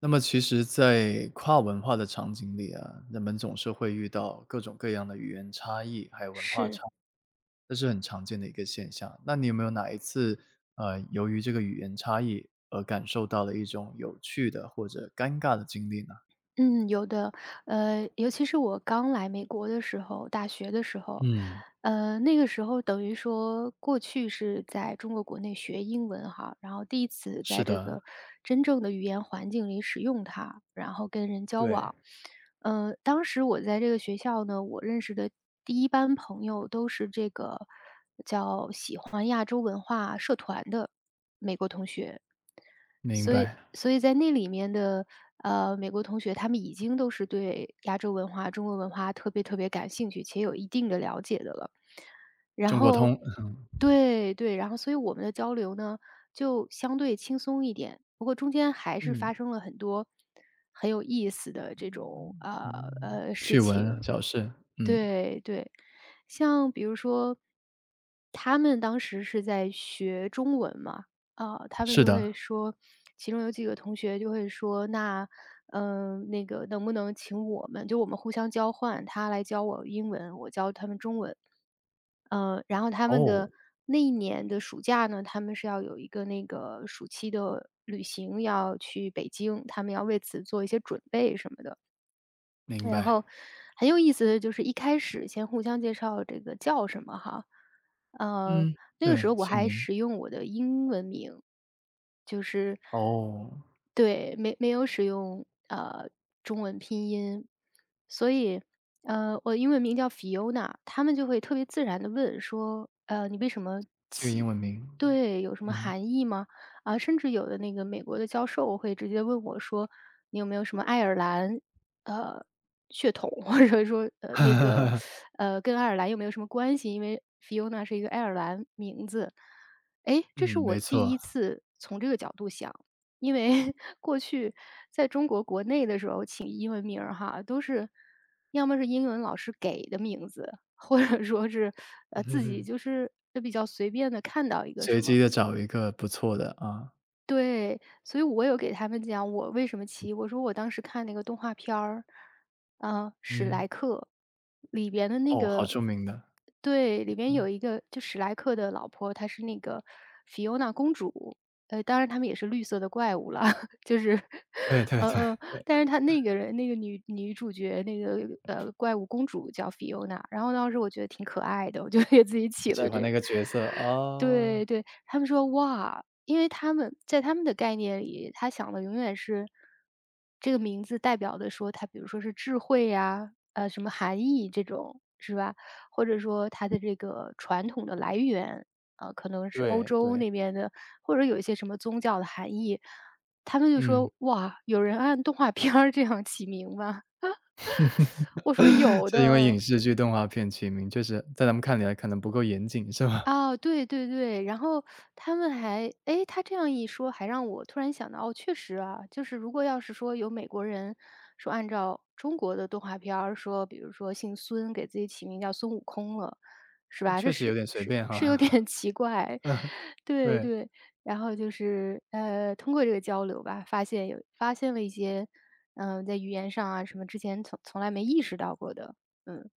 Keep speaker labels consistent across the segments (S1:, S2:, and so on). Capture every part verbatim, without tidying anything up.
S1: 那么其实在跨文化的场景里啊，人们总是会遇到各种各样的语言差异，还有文化差，
S2: 是。
S1: 这是很常见的一个现象。那你有没有哪一次，呃，由于这个语言差异而感受到了一种有趣的或者尴尬的经历呢？
S2: 嗯，有的。呃，尤其是我刚来美国的时候，大学的时候，
S1: 嗯，
S2: 呃，那个时候等于说过去是在中国国内学英文哈，然后第一次
S1: 是
S2: 在这
S1: 的，
S2: 个真正的语言环境里使用它，然后跟人交
S1: 对，
S2: 往。呃，当时我在这个学校呢，我认识的第一班朋友都是这个叫喜欢亚洲文化社团的美国同学，
S1: 明
S2: 所以
S1: 白。
S2: 所以在那里面的，呃，美国同学，他们已经都是对亚洲文化、中国文化特别特别感兴趣，且有一定的了解的了。然
S1: 中国
S2: 后
S1: 通，
S2: 对对，然后所以我们的交流呢，就相对轻松一点。不过中间还是
S1: 嗯
S2: 发生了很多很有意思的这种，呃，
S1: 嗯，
S2: 呃，事
S1: 趣闻
S2: 情。
S1: 小事，嗯，
S2: 对对，像比如说，他们当时是在学中文嘛，啊，他们
S1: 是
S2: 就
S1: 的，
S2: 会说，其中有几个同学就会说，那，嗯，那个能不能请我们，就我们互相交换，他来教我英文，我教他们中文，呃，然后他们
S1: 哦，
S2: 的那一年的暑假呢，他们是要有一个那个暑期的旅行，要去北京，他们要为此做一些准备什么的。
S1: 明
S2: 然
S1: 白，
S2: 后很有意思的就是一开始先互相介绍这个叫什么哈，呃，
S1: 嗯，
S2: 那个时
S1: 对，
S2: 候我
S1: 姓
S2: 还
S1: 名，
S2: 使用我的英文名，就是
S1: 哦，
S2: 对，没没有使用呃中文拼音，所以呃我的英文名叫 Fiona，他们就会特别自然的问说，呃你为什么
S1: 这个英
S2: 起？
S1: 文名，
S2: 对，有什么
S1: 嗯。
S2: 含义吗？啊，甚至有的那个美国的教授会直接问我说，你有没有什么爱尔兰？呃血统，或者说，呃，那个，呃，跟爱尔兰有没有什么关系？因为 Fiona 是一个爱尔兰名字。哎，这是
S1: 嗯，
S2: 我
S1: 没
S2: 第
S1: 错。
S2: 一 次从这个角度想，因为 过去在中国国内的时候起英文名儿哈，都是要么是英文老师给的名字，或者说是，呃，
S1: 哼
S2: 自己
S1: 哼。
S2: 就是，就比较随便的看到一个
S1: 随
S2: 什么
S1: 机的找一个不错的，啊。
S2: 对，所以我有给他们讲我为什么骑，我说我当时看那个动画片儿，啊，史
S1: 嗯。
S2: 莱克里边的那
S1: 哦，好
S2: 个，
S1: 著名的，
S2: 对，里边
S1: 嗯。
S2: 有一个就史莱克的老婆，她是那个菲欧娜公主，呃，当然他们也是绿色的怪物了，就是，
S1: 对对
S2: 嗯
S1: 对。
S2: 嗯，呃
S1: 对
S2: 但是他那个人那个女女主角，那个，呃，怪物公主叫 Fiona，然后当时我觉得挺可爱的，我就 给自己起
S1: 喜
S2: 了
S1: 欢
S2: 这
S1: 那
S2: 个。
S1: 个角色，
S2: 对
S1: 啊，
S2: 对，他们说：“哇！”因为他们在他们的概念里，他想的永远是这个名字代表的说他比如说是智慧呀，呃，什么含义这种，是吧？或者说它的这个传统的来源，啊，可能是欧
S1: 对
S2: 洲
S1: 对。
S2: 那边的，或者有一些什么宗教的含义。他们就
S1: 嗯。
S2: 说：“哇，有人按动画片儿这样起名吗？”我说：“有
S1: 是因为
S2: 的。”
S1: 影视剧、动画片起名确实在咱们看起来可能不够严谨，是吧？
S2: 哦，对对对，然后他们还诶，他这样一说，还让我突然想到，哦，确实啊，就是如果要是说有美国人说按照中国的动画片儿说，比如说姓孙，给自己起名叫孙悟空了，是
S1: 那
S2: 吧？这
S1: 确实有
S2: 是
S1: 点随
S2: 是
S1: 便
S2: 是有
S1: 哈。
S2: 点 奇怪，对
S1: 对。
S2: 对。然后就是呃，通过这个交流吧，发现有发现了一些，嗯、在语言上啊什么之前从从来没意识到过的，嗯，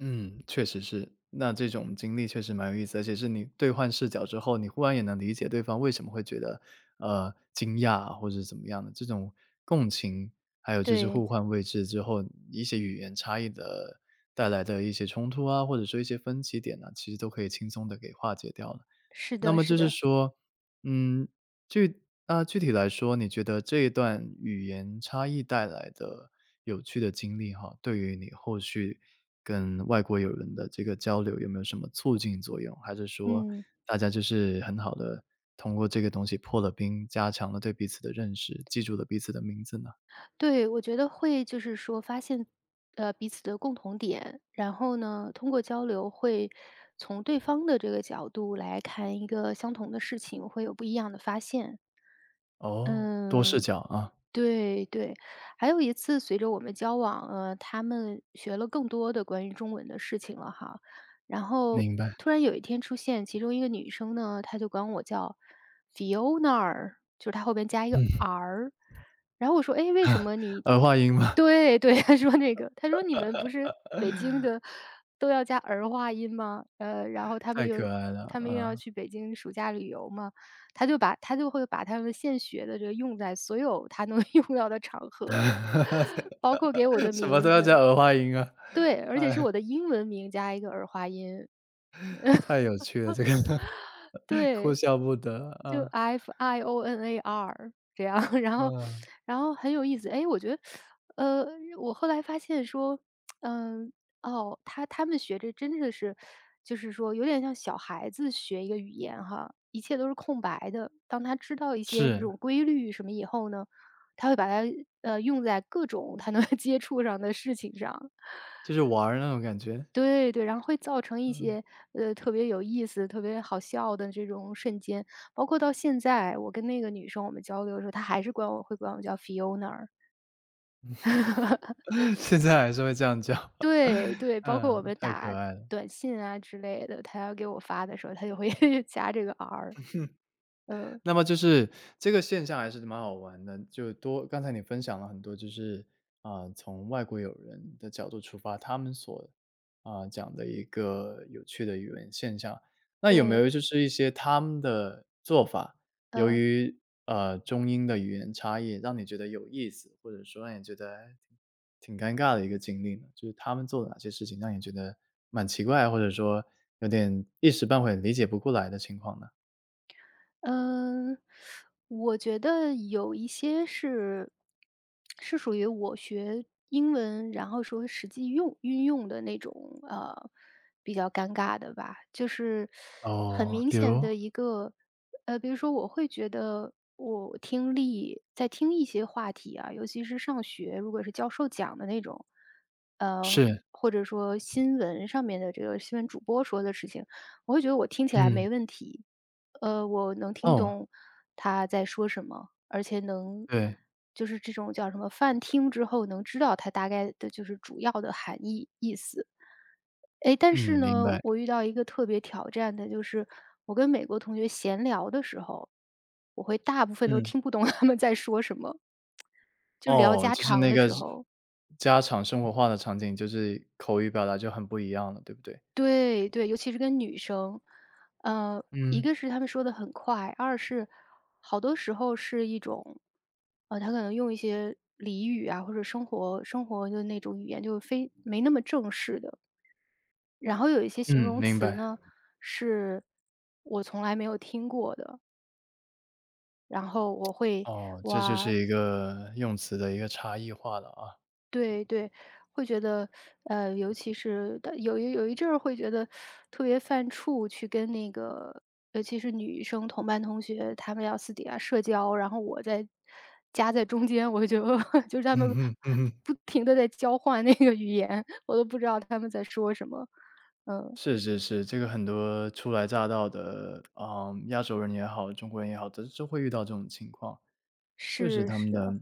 S1: 嗯，确实是。那这种经历确实蛮有意思，而且是你兑换视角之后，你忽然也能理解对方为什么会觉得，呃，惊讶啊或者怎么样的。这种共情，还有就是互
S2: 对，
S1: 换位置之后，一些语言差异的带来的一些冲突啊，或者说一些分歧点呢、其实都可以轻松的给化解掉了。
S2: 是
S1: 那
S2: 的，
S1: 么
S2: 是
S1: 就是
S2: 的，
S1: 说，嗯，具啊，具体来说，你觉得这一段语言差异带来的有趣的经历哈，对于你后续跟外国友人的这个交流有没有什么促进作用？还是说
S2: 嗯。
S1: 大家就是很好的通过这个东西破了冰，加强了对彼此的认识，记住了彼此的名字呢？
S2: 对，我觉得会就是说发现，呃，彼此的共同点，然后呢，通过交流会从对方的这个角度来看一个相同的事情，会有不一样的发现。
S1: 哦，多视
S2: 嗯，
S1: 角啊，
S2: 对对。还有一次随着我们交往，呃，他们学了更多的关于中文的事情了哈，然后
S1: 明白，
S2: 突然有一天出现其中一个女生呢，她就管我叫 Fiona，儿就是她后边加一个 R。然后我说：“哎，为什么你？”
S1: 儿化音嘛，
S2: 对对，他说那个，他说：“你们不是北京的都要加儿化音吗？”呃，然后 他们
S1: 太
S2: 又
S1: 可爱了，
S2: 他们又要
S1: 嗯。
S2: 去北京暑假旅游嘛，他就把他就会把他们现学的这个用在所有他能 用到的场合，包括给我 的
S1: 什么
S2: 名
S1: 都要加
S2: 字，
S1: 儿化音啊，
S2: 对，而且是
S1: 哎，
S2: 我的英文名加一个儿化音，
S1: 太有趣了，这个 哭
S2: 对，
S1: 笑不得
S2: 就
S1: 啊
S2: F I O N A R 这样，然后
S1: 嗯，
S2: 然后很有意思。哎，我觉得，呃，我后来发现说，嗯，哦，他他们学这真的是就是说有点像小孩子学一个语言哈，一切都是空白的。当他知道一些这
S1: 是，
S2: 种规律什么以后呢，他会把它，呃，用在各种他能 接触上的事情上。
S1: 就是玩儿那种感觉，
S2: 对对，然后会造成一
S1: 嗯，
S2: 些，呃，特别有意思、特别好笑的这种瞬间。包括到现在，我跟那个女生我们交流的时候，她还是管我会管我叫 Fiona 儿。
S1: 现在还是会这样叫，
S2: 对 对，包括
S1: 嗯，
S2: 我们
S1: 太可
S2: 打
S1: 爱了。
S2: 短信啊之类的，她要给我发的时候，她就会 加这个 R。
S1: 那么就是这个现象还是蛮好玩的，就多刚才你分享了很多，就是啊、从外国友人的角度出发，他们所啊、讲的一个有趣的语文现象。那有没
S2: 对，
S1: 有就是一些他们的做法，由
S2: 嗯。
S1: 于呃中英的语言差异，让你觉得有意思，或者说让你觉得哎挺挺尴尬的一个经历呢？就是他们做了哪些事情让你觉得蛮奇怪，或者说有点一时半会理解不过来的情况呢？
S2: 嗯，我觉得有一些是是属于我学英文，然后说实际用运用的那种，呃，比较尴尬的吧。就是很
S1: 哦，
S2: 明
S1: 比
S2: 显
S1: 如
S2: 的一个，呃，比如说我会觉得我听力在听一些话题啊，尤其是上学，如果是教授讲的那种，呃，
S1: 是，
S2: 或者说新闻上面的这个新闻主播说的事情，我会觉得我听起来
S1: 嗯，
S2: 没问题。呃，我能听
S1: 哦，
S2: 懂他在说什么，而且能
S1: 对，
S2: 就是这种叫什么泛听之后能知道它大概的就是主要的含义意思。诶，但
S1: 嗯，
S2: 是
S1: 明
S2: 呢，
S1: 白，
S2: 我遇到一个特别挑战的，就是我跟美国同学闲聊的时候，我会大部分都
S1: 嗯，
S2: 听不懂 他们在说什么，就聊
S1: 哦，
S2: 家
S1: 就是
S2: 常
S1: 那
S2: 的
S1: 个
S2: 时候。
S1: 家常生活化的场景，就是口语表达就很不一样了，对不对？
S2: 对对，尤其是跟女生，呃，一
S1: 嗯，
S2: 个是他们说的很快，二是好多时候是一种，呃，他可能用一些俚语啊，或者生活生活的那种语言，就非没那么正式的。然后有一些形
S1: 嗯，
S2: 容
S1: 明
S2: 词
S1: 白，
S2: 呢，是我从来没有听过的，然后我会
S1: 哦，这就是
S2: 哇，
S1: 一个用词的一个差异化了啊。
S2: 对对，会觉得，呃，尤其是的有一有一阵儿会觉得特别犯怵，去跟那个尤其是女生同班同学，她们要私底下社交，然后我在夹在中间，我就 就是她
S1: 嗯
S2: 们
S1: 哼，嗯哼。
S2: 不停的在交换那个语言，我都不知道她们在说什么。
S1: 是是是，这个很多初来乍到的，啊，亚洲人也好，中国人也好，都都会遇到这种情况。确实
S2: 是
S1: 他
S2: 是
S1: 们
S2: 的，
S1: 的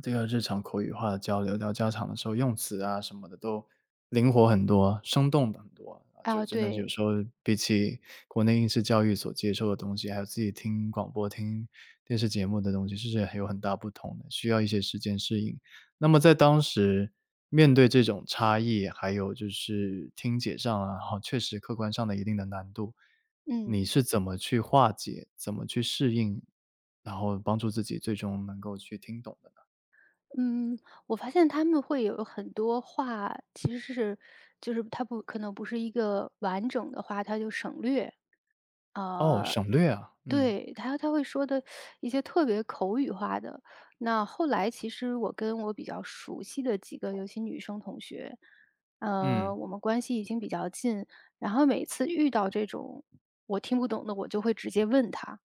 S1: 这个日常口语化的交流，到家常的时候用词啊什么的都灵活很多，生动很多啊，就
S2: 啊，
S1: 真的是有
S2: 对，
S1: 时候比起国内应试教育所接受的东西，还有自己听广播、听电视节目的东西，是很有很大不同的，需要一些时间适应。那么在当时面对这种差异，还有就是听解上啊，好，确实客观上的一定的难度，
S2: 嗯。
S1: 你是怎么去化解，怎么去适应然后帮助自己最终能够去听懂的呢？
S2: 嗯，我发现他们会有很多话，其实是就是他不可能不是一个完整的话，他就省略。
S1: 哦，
S2: 呃，
S1: 省略啊，嗯，
S2: 对，他他会说的一些特别口语化的。那后来其实我跟我比较熟悉的几个，尤其女生同学，呃，
S1: 嗯，
S2: 我们关系已经比较近，然后每次遇到这种我听不懂的，我就会直接问他，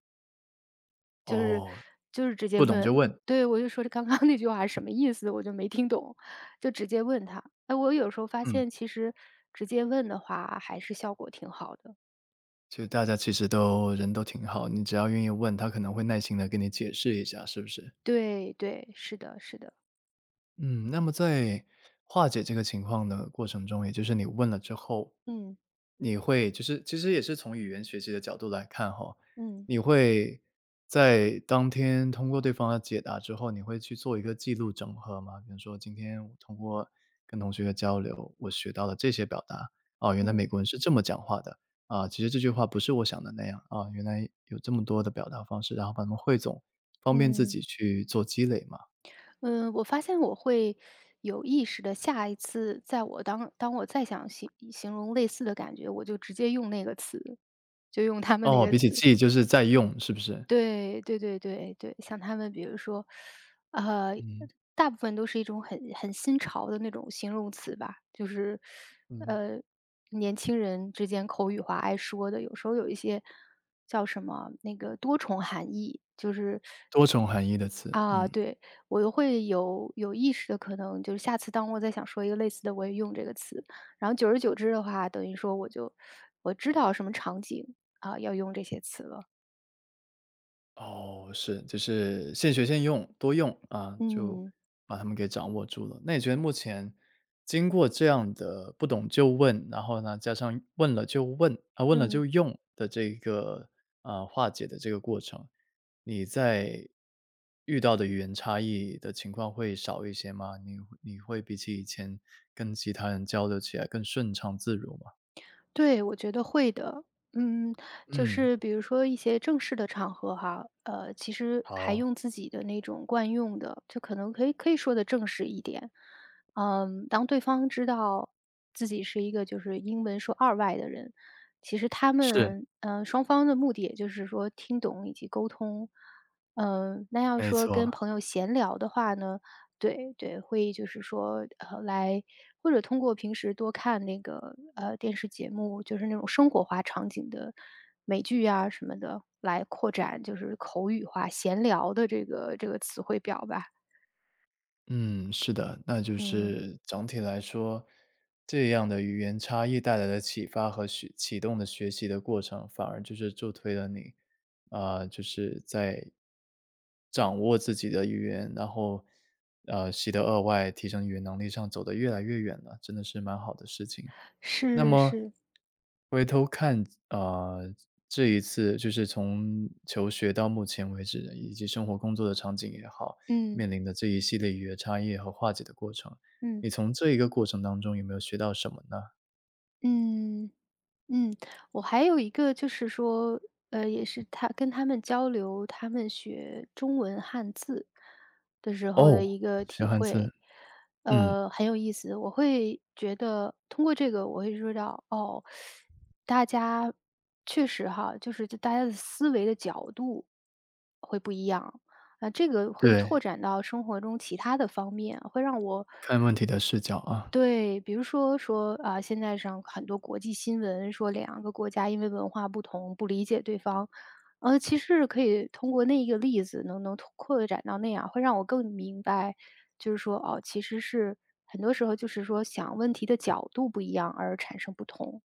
S2: 就是
S1: 哦，
S2: 就是直接
S1: 不懂就
S2: 问。
S1: 问，
S2: 对，我就说刚刚那句话是什么意思，我就没听懂，就直接问他。哎，我有时候发
S1: 嗯，
S2: 现其实直接问的话还是效果挺好的。
S1: 其实大家其实都人都挺好，你只要愿意问，他可能会耐心的跟你解释一下，是不是？
S2: 对对，是的，是的，
S1: 嗯，那么在化解这个情况的过程中，也就是你问了之后，
S2: 嗯。
S1: 你会就是其实也是从语言学习的角度来看哈，
S2: 嗯
S1: 你会在当天通过对方的解答之后，你会去做一个记录整合吗？比如说今天我通过跟同学的交流，我学到了这些表达，哦，原来美
S2: 嗯
S1: 国人是这么讲话的，啊，其实这句话不是我想的那样，啊，原来有这么多的表达方式，然后把它们汇总，方便自
S2: 嗯，
S1: 己去做积累嘛。
S2: 嗯，我发现我会有意识的，下一次在我当当我再想形形容类似的感觉，我就直接用那个词，就用他们那
S1: 哦，
S2: 个
S1: 比起
S2: 词。
S1: 记就是在用，是不是？
S2: 对对对对对，像他们比如说，呃，
S1: 嗯，
S2: 大部分都是一种很很新潮的那种形容词吧，就是，
S1: 嗯。
S2: 呃，年轻人之间口语化爱说的，有时候有一些叫什么那个多重含义，就是
S1: 多重含义的词，
S2: 啊，
S1: 嗯。
S2: 对，我又会有有意识的，可能就是下次当我再想说一个类似的，我也用这个词。然后久而久之的话，等于说我就我知道什么场景，啊，要用这些词了。
S1: 哦，是，就是现学现用，多用啊，就
S2: 嗯。
S1: 把他们给掌握住了。那你觉得目前经过这样的不懂就问，然后呢，加上问了就问，啊，问了
S2: 嗯。
S1: 就用的这个，呃，化解的这个过程，你在遇到的语言差异的情况会少一些吗？你会你会比起以前跟其他人交流起来更顺畅自如吗？
S2: 对，我觉得会的。嗯，就
S1: 嗯，
S2: 是比如说一些正式的场合哈，呃，其实还
S1: 好，
S2: 用自己的那种惯用的，就可能可以可以说的正式一点。嗯，当对方知道自己是一个就是英文说二外的人，其实他
S1: 是，
S2: 们嗯，双方的目的也就是说听懂以及沟通。嗯，那要
S1: 没
S2: 说跟
S1: 错。
S2: 朋友闲聊的话呢，对对，会就是说，呃，来或者通过平时多看那个，呃，电视节目，就是那种生活化场景的美剧啊什么的，来扩展就是口语化闲聊的这个这个词汇表吧。
S1: 嗯，是的，那就
S2: 嗯，
S1: 是整体来说，这样的语言差异带来的启发和学启动的学习的过程，反而就是助推了你，啊、就是在掌握自己的语言，然后呃，习得二外，提升语言能力上走得越来越远了，真的是蛮好的事情。那
S2: 是
S1: 么
S2: 是。
S1: 回头看，啊，这一次就是从求学到目前为止，以及生活工作的场景也好，
S2: 嗯
S1: 面临的这一系列语言差异和化解的过程，
S2: 嗯
S1: 你从这一个过程当中有没有学到什么呢？
S2: 嗯。嗯，我还有一个就是说，呃，也是他跟他们交流，他们学中文汉字的时候
S1: 哦，
S2: 的一个
S1: 学
S2: 体
S1: 汉字，
S2: 会，
S1: 嗯，
S2: 呃，很有意思。我会觉得通过这个，我会说到哦，大家确实哈，就是就大家的思维的角度会不一样。啊，这个会拓
S1: 对，
S2: 展到生活中其他的方面，会让我
S1: 看问题的视角啊，
S2: 对，比如说说，啊，现在上很多国际新闻说两个国家因为文化不同不理解对方，呃，其实可以通过那一个例子能能拓扩展到那样，会让我更明白，就是说，哦，其实是很多时候就是说想问题的角度不一样而产生不同。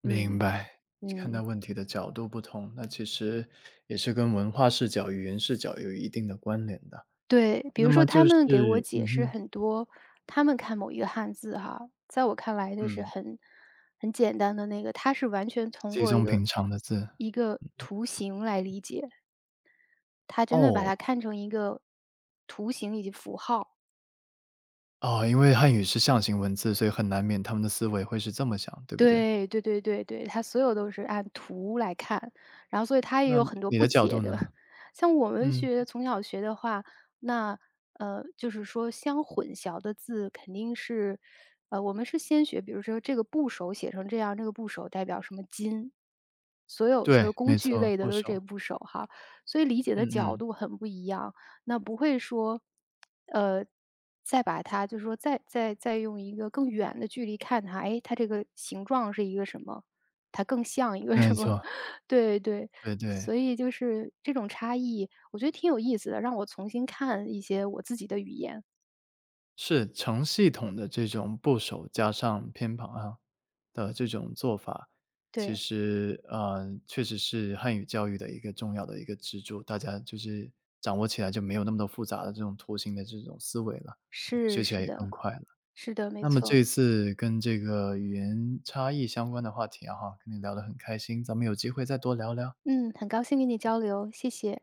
S1: 明
S2: 嗯，
S1: 白。看待
S2: 嗯。
S1: 问题的角度不同，那其实也是跟文化视角、语言视角有一定的关联的。
S2: 对，比
S1: 那
S2: 如说
S1: 么
S2: 他
S1: 就
S2: 们给我
S1: 是
S2: 解
S1: 嗯
S2: 释
S1: 哼，
S2: 很多，他们看某一个汉字哈，在我看来就是
S1: 嗯。
S2: 很很简单的那个，他是完全通
S1: 稀
S2: 过一
S1: 松
S2: 个
S1: 平常的字。
S2: 一个图形来理解，他真的把
S1: 哦，
S2: 它看成一个图形以及符号。
S1: 哦，因为汉语是象形文字，所以很难免他们的思维会是这么想，对不对？
S2: 对，对对对对，它所有都是按图来看，然后所以它也
S1: 那
S2: 有很多
S1: 你
S2: 不
S1: 的角
S2: 解
S1: 度
S2: 的。
S1: 呢？
S2: 像我们
S1: 嗯，
S2: 学从小学的话，那，呃，就是说相混淆的字肯定是呃，我们是先学，比如说这个部首写成这样，这个部首代表什么金，所有所
S1: 对，
S2: 有工
S1: 没
S2: 具
S1: 错，
S2: 类的
S1: 部
S2: 都是这
S1: 首。
S2: 个部首哈，所以理解
S1: 嗯
S2: 的角
S1: 嗯，
S2: 度很不一样。那不会说，呃，再把它就是说再再再用一个更远的距离看它，哎，它这个形状是一个什么？它更像一个
S1: 没
S2: 什么？
S1: 错，
S2: 对对，
S1: 对对，
S2: 所以就是这种差异，我觉得挺有意思的，让我重新看一些我自己的语言。
S1: 是成系统的这种部首加上偏旁啊的这种做法，其
S2: 对，
S1: 实，呃，确实是汉语教育的一个重要的一个支柱，大家就是掌握起来就没有那么多复杂的这种图形的这种思维了，学
S2: 是
S1: 起来
S2: 是
S1: 也更
S2: 的，
S1: 快了。
S2: 是的，没
S1: 那么
S2: 错。
S1: 这次跟这个语言差异相关的话题啊哈，跟你聊得很开心，咱们有机会再多聊聊。好。
S2: 嗯，很高兴跟你交流，谢谢。